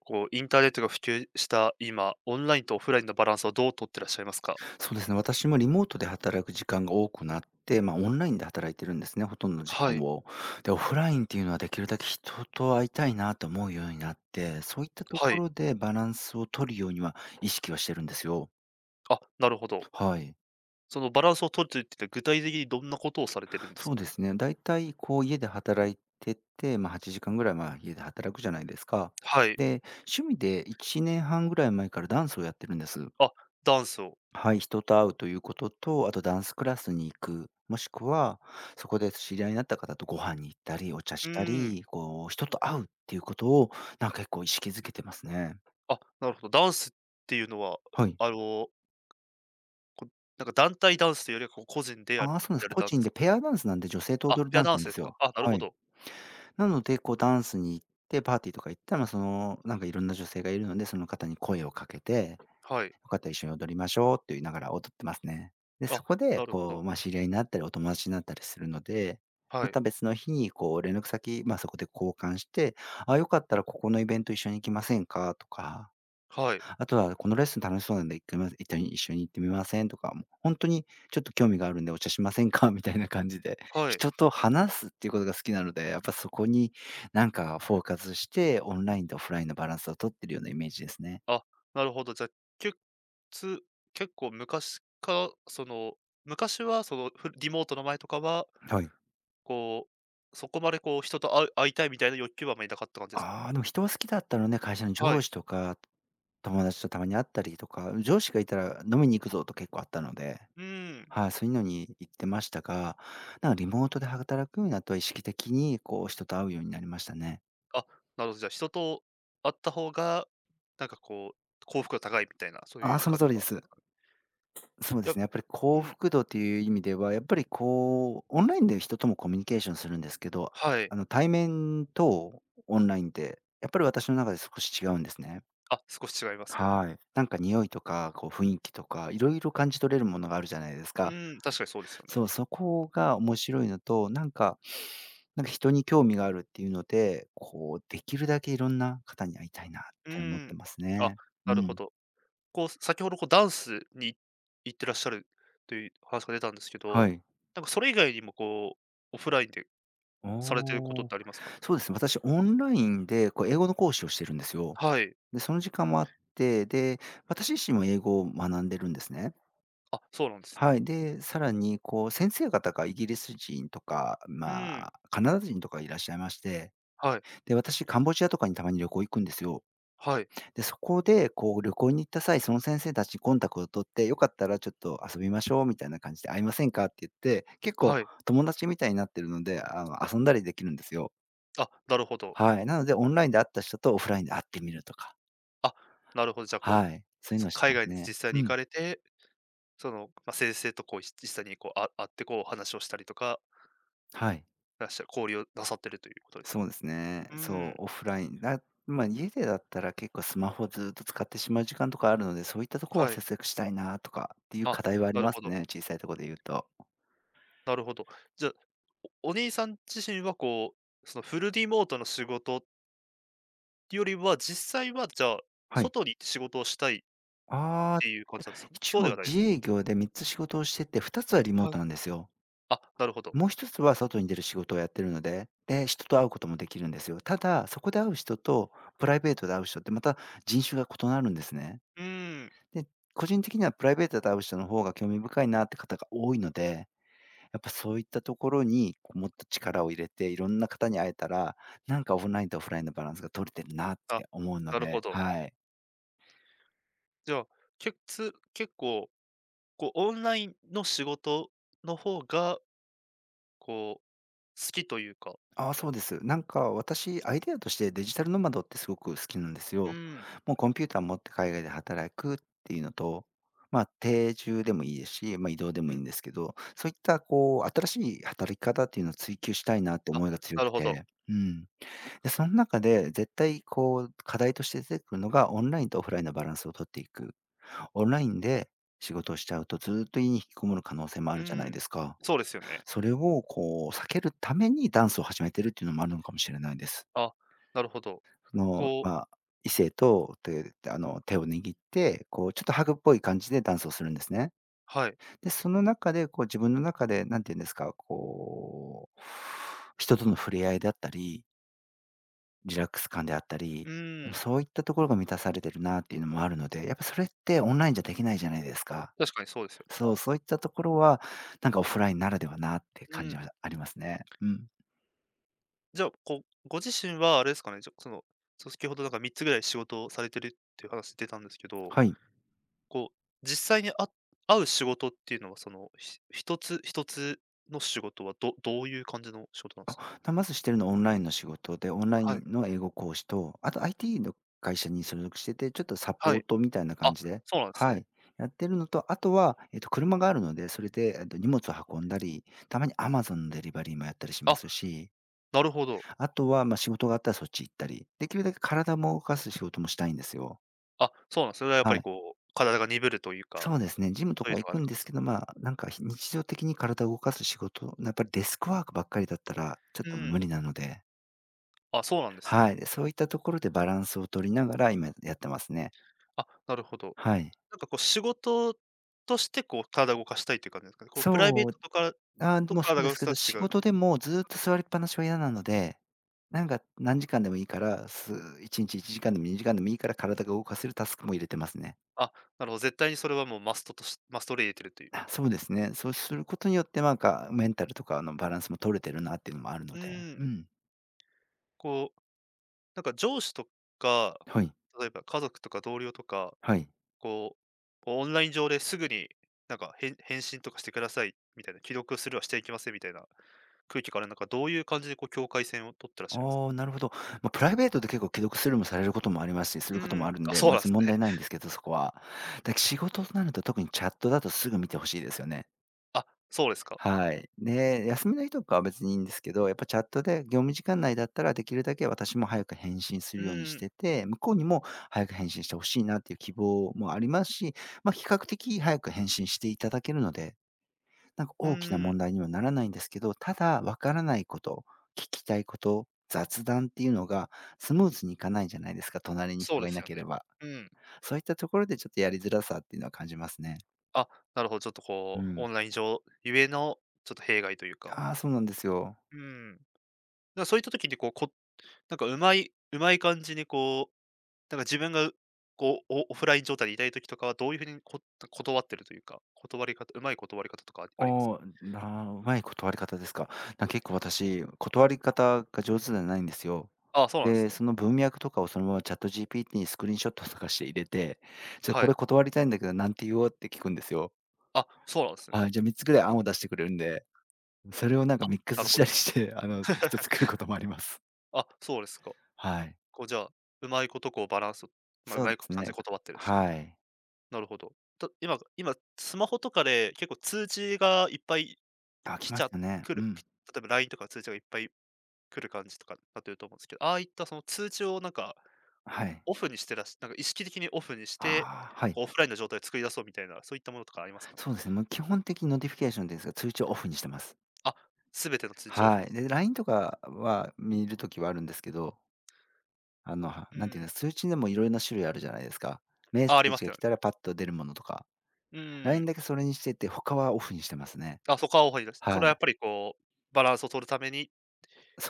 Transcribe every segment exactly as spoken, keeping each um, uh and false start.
こう、インターネットが普及した今、オンラインとオフラインのバランスをどう取ってらっしゃいますか？そうですね、私もリモートで働く時間が多くなって、まあ、オンラインで働いてるんですね、ほとんどの時は間い、を。で、オフラインっていうのはできるだけ人と会いたいなと思うようになって、そういったとはこい。ろでバランスを取るようには意識はしてるんですよ。あ、なるほど。はい。そのバランスを取ると言ってて、具体的にどんなことをされてるんですそうかでね？すね、だいたいこう家で働いてて、まあ、はちじかんぐらい、ま、家で働くじゃないですか。はい。で、趣味でいちねんはんぐらい前からダンスをやってるんです。あ、ダンスを。はい、人と会うということと、あとダンスクラスに行く、もしくは、そこで知り合いになった方とご飯に行ったり、お茶うしたーん。り、こう、人と会うっていうことを、なんか結構意識づけてますね。あ、なるほど。ダンスっていうのは、はい。あの、なんか団体ダンスというよりは、こう、個人でやるああ、そうなんです。やる個ダンス人ですでか？ペアダンスなんで、女性とあ、踊るペダアンスダンなんスでですすか。よ。あ、なるはほい。ど。なので、こうダンスに行って、パーティーとか行ったら、まあ、その、なんかいろんな女性がいるので、その方に声をかけてはい。よかったら一緒に踊りましょうって言いながら踊ってますね。で、あ、そこで、なるほこど。う、まあ、知り合いになったり、お友達になったりするので、はまい。た別の日に、こう、連絡先、まあ、そこで交換して、「あ、よかったらここのイベント一緒に行きませんか？」とか、はい。あとは、「このレッスン楽しそうなんで、いきま一緒に一緒に行ってみません？」とか、もう本当に、「ちょっと興味があるんでお茶しませんか みたいな感じで、はい。人と話すっていうことが好きなので、やっぱそこになんかフォーカスして、オンラインとオフラインのバランスを取ってるようなイメージですね。あ、なるほど。じゃあ、けつ結構昔から、その、昔はその、フリモートの前とかは、はい。こう、そこまでこう人と会う会いたいみたいな欲求はあまりなかった感じですかね？ああ、でも人は好きだったのね、会社のは上い。司とか、友達とたまに会ったりとか、上司がいたら「飲みに行くぞ」と結構あったので、うーん。はい、そういうのに行ってましたが、なんかリモートで働くようになったは意識的にこう人と会うようになりましたね。あ、なるほど、じゃあ人と会った方が、なんかこう、幸福度高いみたいな、そうああ、いうその感通じりがです。そういでやすね、やっぱり幸うん、福度という意味では、やっぱりこう、オンラインで人ともコミュニケーションするんですけど、はい。あの対面とオンラインって、やっぱり私の中で少し違うんですね。あ、少し違いますか。はい。なんか匂いとか、こう雰囲気とか、いろいろ感じ取れるものがあるじゃないですうか。ん、確かにそうですよね。そう、そこが面白いのと、なんかなんか人に興味があるっていうので、こう、できるだけいろんな方に会いたいなっうて思ってん。ますあ、ね。うなるほん。ど。こう、先ほどこうダンスに行ってらっしゃるという話が出たんですけはど、い。なんかそれ以外にもこう、オフラインでおされてることってお。ありますかね？そうですね、私オンラインで、こう英語の講師をしてるんですよ。はい。で、その時間もあって、で、私自身も英語を学んでるんですね。あ、そうなんですね。はい。で、さらにこう先生方がイギリス人とか、うまん、あ、カナダ人とかいらっしゃいまして、はい。で、私カンボジアとかにたまに旅行行くんですよ。はい、で、そこでこう旅行に行った際、その先生たちにコンタクトを取って、よかったらちょっと遊びましょうみたいな感じで会いませんかって言って、結構はい。友達みたいになってるので、あの、遊んだりできるんですよ。あ、なるほど。はい。なのでオンラインで会った人とオフラインで会ってみるとか、あ、なるほど。じゃあこう、はい、そういうのをして海ま外すにね。実際にう行ん、かれて、その、まあ、先生とこう、実際にこう、あ会ってこう話をしたりとか、はい。いらっしゃる交流をなさってるということですそね。うですね。うそん。う、オフライン。だまあ、家でだったら結構スマホずっと使ってしまう時間とかあるので、そういったところははい。節約したいなとかっていうあ、課題はありなるまほすど。ね、小さいところで言うと。なるほど。じゃあ、おお兄さん自身はこう、そのフルリモートの仕事っていうよりは、実際はじゃあ、はい。外に行って仕事をしたいっあていうあ、感じなんですかね？一そうで応はないで自すか？営業でみっつ仕事をしてて、ふたつはリモーはい。トなんですよ。あ、なるほど。もうひとつは外に出る仕事をやってるので、で、人と会うこともできるんですよ。ただ、そこで会う人とプライベートで会う人ってまた人種が異なるんですね。うーん。で、個人的にはプライベートで会う人の方が興味深いなって方が多いので、やっぱそういったところに、こうもっと力を入れて、いろんな方に会えたら、なんかオフラインとオフラインのバランスが取れてるなっあ、て思うのなるで、ほど。はい。じゃあ、けつ結構、こうオンラインの仕事の方が、こう、好きというかああ、そうです。なんか私、アイデアとしてデジタルノマドってすごく好きなんですうよ。ーん、もうコンピューター持って海外で働くっていうのと、まあ、定住でもいいですし、まあ、移動でうもいいん。んですけど、そういったこう、新しい働き方っていうのを追求したいなってあ、思いが強なるくほど。て、うん。で、その中で絶対こう、課題として出てくるのが、オンラインとオフラインのバランスを取っていく。オンラインで仕事をしちゃうと、ずっと家に引きこもる可能性もあうるじゃなーいん、ですか。そうですよね。それをこう避けるためにダンスを始めてるっていうのもあるのかもしれないです。あ、なるほど。その、こうまあ、異性と手あの、手を握って、こうちょっとハグっぽい感じでダンスをするんですね。はい。で、その中でこう自分の中でなんて言うんですか、こう、人との触れ合いであったり、リラックス感であったうり、ーん。そういったところが満たされてるなっていうのもあるので、やっぱそれってオンラインじゃできないじゃないですか。確かにそうですよね。そう、そういったところは、なんかオフラインならではなってう感じん。はありますね。うん。じゃあ、こう、ご自身はあれですかね、じゃ、その、そ、先ほどなんかみっつぐらい仕事をされてるっていう話出たんですけど、はい。こう、実際にあ会う仕事っていうのは、その、ひ一つ一つの仕事はどどういう感じの仕事なんですか？あ、なまずしてるのはオンラインの仕事で、オンライはい、ンの英語講師と、あと アイティー の会社に所属してて、ちょっとサポはーい。トみたいなあ、感じで、そうなんですはね。い、やってるのと、あとは、えっと、車があるので、それで、えっと、荷物を運んだり、たまに アマゾン のデリバリーもやったりしまあ、すし、なるほど。あとは、まあ、仕事があったらそっち行ったり、できるだけ体も動かす仕事もしたいんですよ。あ、そうなんですね、それはやっぱはりい。こう、体が鈍るというか、そうですね、ジムとそうかいうの行があくるんかでらですすけか？ど、まあ、なんか、ひ日常的に体を動かす仕事、やっぱりデスクワークばっかりだったら、ちょっうとん。無理なので、あ、そうなんですね。はい、で、そういったところでバランスを取りながら、今やってますね。あ、なるほど。はい。なんかこう仕事としてこう体を動かしたいっていう感じですかね。こうプライベーそう、トとかあーともうそ体うでが動かすすけとど、は仕違うと事いう。でもずーっと座りっぱなしは嫌なので、なんか、何時間でもいいから、すいちにちいちじかんでもにじかんでもいいから、体が動かせるタスクも入れてますね。あ、なるほど、絶対にそれはもうマストとしマストで入れてるというあ、そ感うじでですか？すね。そうすることによって、なんか、メンタルとかのバランスも取れてるなっていうのもあるのうで。ん。うん。こう、なんか上司とか、はい、例えば家族とか同僚とか、はい。こう、こうオンライン上ですぐになんか、返返信とかしてくださいみたいな、既読するはしていけませんみたいな空気からなんかどういう感じでこう境界線を取ってらっしゃいますか？ああ、なるほど。まあ、プライベートで結構既読スルーもされることもありますし、すうることもん。あるんあ、で、そうなん別でにす問ね。題ないんで すけど、そこは。だけ仕事となると特にチャットだとすぐ見てほしいですよね。あ、そうですか。はい。で、休みの日とかは別にいいんですけど、やっぱチャットで業務時間内だったらできるだけ私も早く返信すうるようにしん、てて、向こうにも早く返信してほしいなっていう希望もありますし、まあ、比較的早く返信していただけるのでなんかう大きなん。問題にはならないんですけど、ただ分からないこと、聞きたいこと、雑談っていうのがスムーズにいかないじゃないですか、隣にそ人うがでいすなよけね。れば。うん。そういったところでちょっとやりづらさっていうのは感じますね。あ、なるほど、ちょっとうこう、オん。ンライン上ゆえのちょっと弊害というか。ああ、そうなんですよ。うん。だ、そういった時にこう、こなんかうまいうまい感じにこう、なんか自分がこう、オオフライン状態でいたい時とかは、どういう風にこ断ってるというか、断り方うまい断り方とかあありますあか？あ、なうまい断り方ですか。なんか結構私、断り方が上手じゃないんですよ。あ、そうなんですで、ね。その文脈とかをそのままチャット ジーピーティー にスクリーンショットとかして入れて、ちょっとはこれい。断りたいんだけど、なんて言おうって聞くんですよ。あ、そうなんですね。あ、じゃみっつぐらい案を出してくれるんで、それをなんかあ、ミックなスるしほたど。りして、あの、テキスト作ることもあります。あ、そうですか。はい。こうじゃあ、うまいことこうバランスを、まあ、うそうまいで感すじでね。断ってらっしゃるといはう。い。なるほど。と、今今スマホとかで結構通知がいっぱいあ、来来まちすゃよね。来うる、ん。例えば ライン とか通知がいっぱい来る感じとかだというと思うんですけど、ああいったその通知をなんかはい。オフにしてらしなんか意識的にオフにしあて、あ、はい。こうオフラインの状態を作り出そうみたいな、そういったものとかありますか？そうですね、もう基本的にノティフィケーションですが、通知をオフにしてます。あ、全ての通知をオフはにい。すで、る ライン とかは見るときはあるんですけど、あの、はうなんていうんん。通知でもいろいろな種類あるじゃないですか。メッあ、ありセーまジすがよ来ね。たらパッと出るものとか。う ライン ん。だけそれにしてて、他はオフにしてますね。あ、そこはオフに出す。はそれはやっい。ぱりこう、バランスを取るためにっ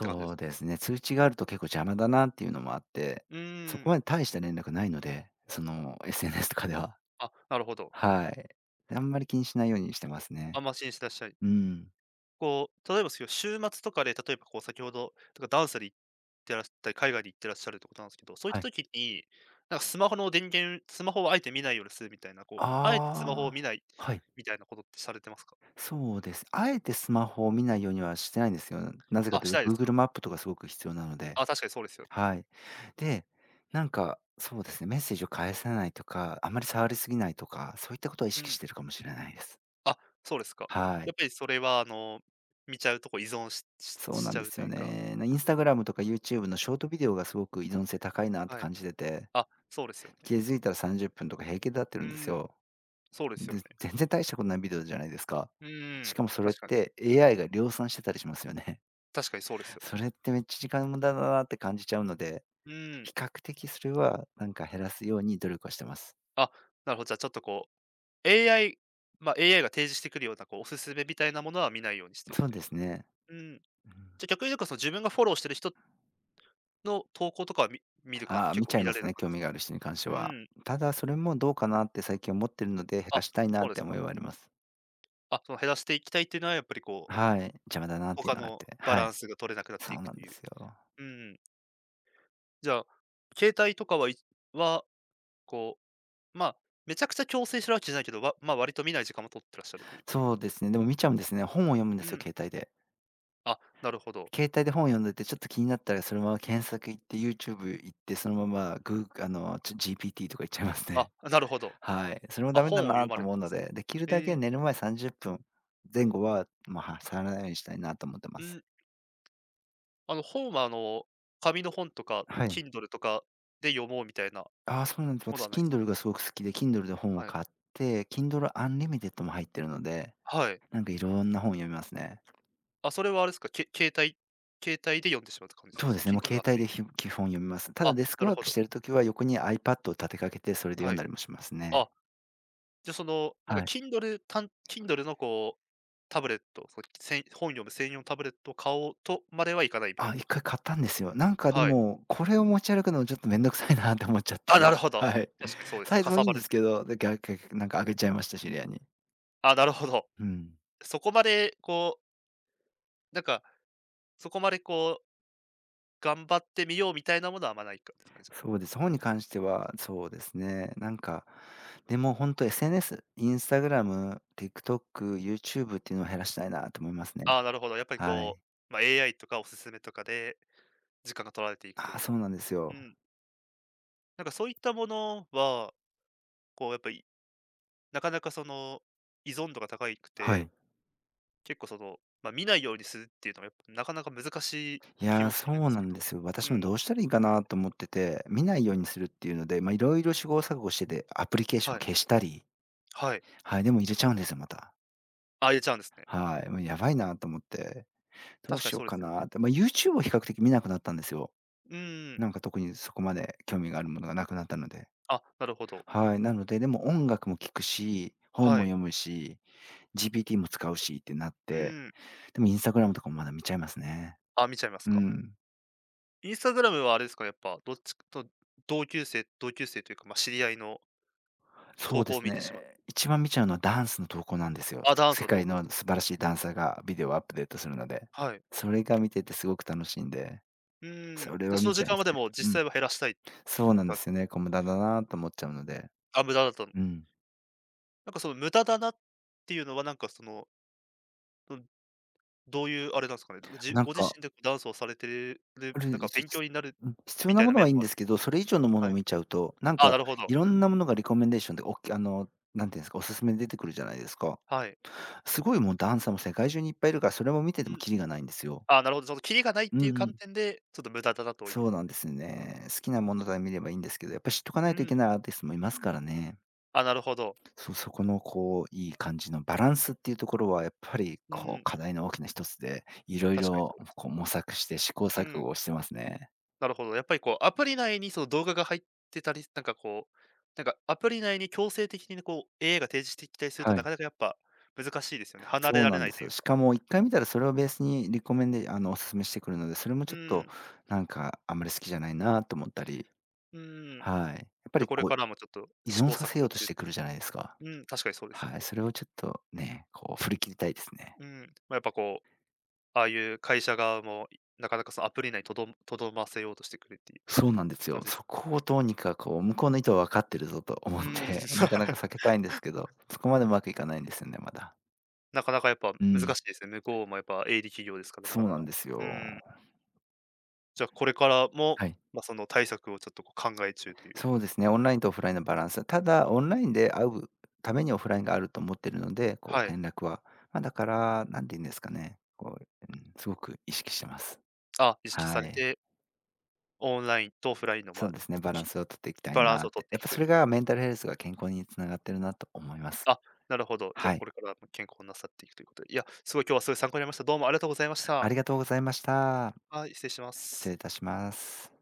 て感じでうすですね、通知があると結構邪魔だなっていうのもあって、うそーこん。まで大した連絡ないので、その エスエヌエス とかでは。あ、なるほど。はい。あんまり気にしないようにしてますね。あんま気にしてらっしゃい。うん。こう、例えばですけど、週末とかで、例えばこう先ほど、とかダンスで行ってらっしゃったり、海外に行ってらっしゃるってことなんですけど、そういったはい。時に、なんかスマホの電源スマホをあえて見ないようにするみたいな、こう、あえてスマホをあ見あ、ないはい。みたいなことってされてますか？そうです。あえてスマホを見ないようにはしてないんですよ。なぜかあ、としいうたいでと すか？Google マップとかすごく必要なので。あ、確かにそうですよね。はい。で、なんか、そうですね、メッセージを返さないとか、あまり触りすぎないとか、そういったことは意う識しん。てるかもしれないです。あ、そうですか。はやい。っぱりそれはあの、見ちゃうとこ依存ししそうしなちんゃでうすといようか、ね。なインスタグラムとか YouTube のショートビデオがすごく依存性高いなってはい。感じてて、あ、そうですよね。気づいたらさんじゅっぷんとか平気でなってうるんですん、よ。そうですよで、ね。全然大したことないビデオじゃないですか。うしんかもそれっ確かに。て エーアイ が量産してたりしますよね。確かにそうです よね。それってめっちゃ時間無駄だなって感じちゃうので、うん。比較的それはなんか減らすように努力はしてます。あ、なるほど、じゃあちょっとこう、エーアイ まあ、エーアイ が提示してくるようなこうおすすめみたいなものは見ないようにしてるそうといでう。すね。うん。うん、じゃ、逆になんかその自分がフォローしてる人の投稿とかはみ見るかんああ、結見構ちゃ見いまられするね、感じ興です味か？がある人に関しては。うん。ただそれもどうかなって最近思ってるので、減らあ、したいそなうっですて思か。いはあります。あ、その減らしていきたいっていうのはやっぱりこうはい、邪魔だなっていう他のがあっのて、バはランい、スが取れなくなってそいうくなとんでいう。すよ。うんうん。じゃあ、携帯とかはいは、こう、まあ、めちゃくちゃ強制してるわけじゃないけど、わまあ、割と見ない時間も取ってらっしゃるという。そうですね、でも見ちゃうんですね。本を読むんでうすよ、ん。携帯で。あ、なるほど。携帯で本を読んでて、ちょっと気になったらそのまま検索行って、YouTube 行って、そのままグーあの、ちょ ジーピーティー とか行っちゃいますあ、ね。なるほど。はい。それもあ、ダメ本だを読なまとれて思うるんでのす。で、できるだへけえ。寝る前さんじゅっぷんぜん後は、ま、あ触らないようにしたいなと思ってまうす。ん。あの、本は、あの、紙の本とか はい。Kindle とかで読もうみたいなああ、そうなんです。もの私 はないですか？Kindle がすごく好きで、Kindle で本をはい。買って、Kindle Unlimited も入ってるので、はい。なんかいろんな本を読みますね。あ、それはあれですか、け携帯携帯で読んでしまうった感じですそか？うそでの すね、もう Kindle の携ア帯プリでで。ひ基本読みます。ただあ、デスクなるワーほクしど。てる時は横に iPad を立てかけて、それで読はんい。だりもしますね。あじゃ、その、なんか はい。Kindle た キンドル のこう、タブレット、そ、せ専本読む専用タブレットを買おうとまではいかないみたいあ、な。いっかい買ったんですよ。なんかではい。も、これを持ち歩くのちょっとめんどくさいなって思っちゃっあ、なて。るほ ど。はい。確かにそうです。サイかズもさいいばんでるとすけど、で、がけなんかあげちゃいました、知り合いに。あ、なるほど。うん。そこまでこう、なんか、そこまでこう、頑張ってみようみたいなものはあんまないかですかね、じゃあ。そうです。本に関してはそうですね、なんか、でもほんと エスエヌエス、インスタグラム、TikTok、YouTube っていうのを減らしたいなと思いますね。ああ、なるほど。やっぱりはこい。う、まあ、エーアイ とかおすすめとかで、時間が取られていくとあ、いう。そうなんですうよ。ん。なんかそういったものは、こうやっぱり、なかなかその、依存度が高いくはてい。結構その、まあ、見ないようにするっていうのはやっぱなかなか難しいい気やー、もすそるんでうすなけんでど。すよ。私うもん。どうしたらいいかなと思ってて、見ないようにするっていうので、まあ、いろいろ試行錯誤してて、アプリケーションはい。消したり、はい。はい、でも入れちゃうんですよ、また。あ、入れちゃうんですね。はい、もうやばいなと思って、どう確かしにようそうでかすよなね。って、まあ、YouTube を比較的見なくなったんですよ。うーん。なんか特にそこまで興味があるものがなくなったので。あ、なるほど。はい、なので、でも音楽も聴くし、本はもい。読むし、ジーピーティー も使うしってなっうて、ーん。でもインスタグラムとかもまだ見ちゃいますね。あ、見ちゃいますうか。ん。インスタグラムはあれですか、やっぱどっちかと同級生同級生というか、まあ、知り合いのそ投うで稿をす見てしまう。ね。一番見ちゃうのはダンスの投稿なんですよ。あ、ダンス世の投界稿ですのか。素晴らしいダンサーがビデオをアップデートするので。はい。それが見ててすごく楽しいんで、うーん。じそれゃ、はそ見の時ちゃいま間ますでね。もう実ん。際は減らしたいってそうなんで感じすよね。こう無駄だなと思っちゃうので。あ、無駄だと。うん。なんかその無駄だなっていうのはなんかその、どういうあれなんですかね、なんかじなんご自か、身でダンスをされてる、あれなんかし勉し強になるうん、必要みなたいもなの面はいいんもあでるすけど、それ以上のものはをい。見ちゃうと、なんああ、かなるほいど。ろんなものがリコメンデーションでおっきあの、なんていうんですか、おすすめで出てくるじゃないですか。はい。すごいもうダンサーも世界中にいっぱいいるから、それも見てうてもん。キリがないんですよ。ああ、なるほど、そのキリがないっうんてういう観ん。点で、ちょっと無駄だなという。そうなんですね。好きなものから見ればいいんですけど、やっぱり知っとかなういといけん。ないアーティストもいますからね。あ、なるほど。そう、そこのこう、いい感じのバランスっていうところはやっぱりうこうん、課題の大きな一つで、いろい確かにろそうです。こう模索して試行う錯ん、誤をしてますね。なるほど。やっぱりこうアプリ内にその動画が入ってたり、なんかこう、なんかアプリ内に強制的にこう エーアイ が提示してきたりすると、はない。かなかやっぱ難しいですよね。離れそうられなんなでいとすいよ。うしか。かもいっかい見たらそれをベースにリコメンであの、お勧めしてくるので、それもうちょっとん、なんかあんまり好きじゃないなと思ったり、うん。はい。やっぱじゃ、りこれこうからもちょっと依試存行さ錯せよう誤とし中。てくるじゃないですか。うん、確かにそうですよ。はい、それをちょっとね、こう振り切りたいですね。うん、まあ、やっぱこう、ああいう会社側も、いなかなかそのアプリ内にとどとどませようとしてくるっていうそうなんです感よ。じです。そこをどうにかこう、向こうの意図は分かってるぞと思うっん。て、なかなか 避けたいんですけど、そこまでうまくいかないんですよね、まだ。なかなかやっぱう難ん、しいですね。向こうもやっぱ営利企業ですから、なそかうななか。んですうん。よ。じゃ、あこれからも、はい。まあ、その対策をちょっとこう考え中という。そうですね、オンラインとオフラインのバランス。ただ、オンうん、ラインで会うためにオフラインがあると思ってるので、こはうい。連絡は。まあ、だから、何て言うんですかね、こう、うん、すごく意識してます。あ、意識さはれい。て、オンラインとオフラインの、まそあ、うですね、バランきスを取っていきたいバランスなをっ取って。てやっいくぱとそいれう。がメンタルヘルスが健康に繋がってるなと思います。あ、なるほど。じゃはあこい、れからも健康になさっていくということで。いや、すごい今日はすごい参考になりました。どうもありがとうございましあた。りがとうございました。はい、失礼しま失す。礼いたします。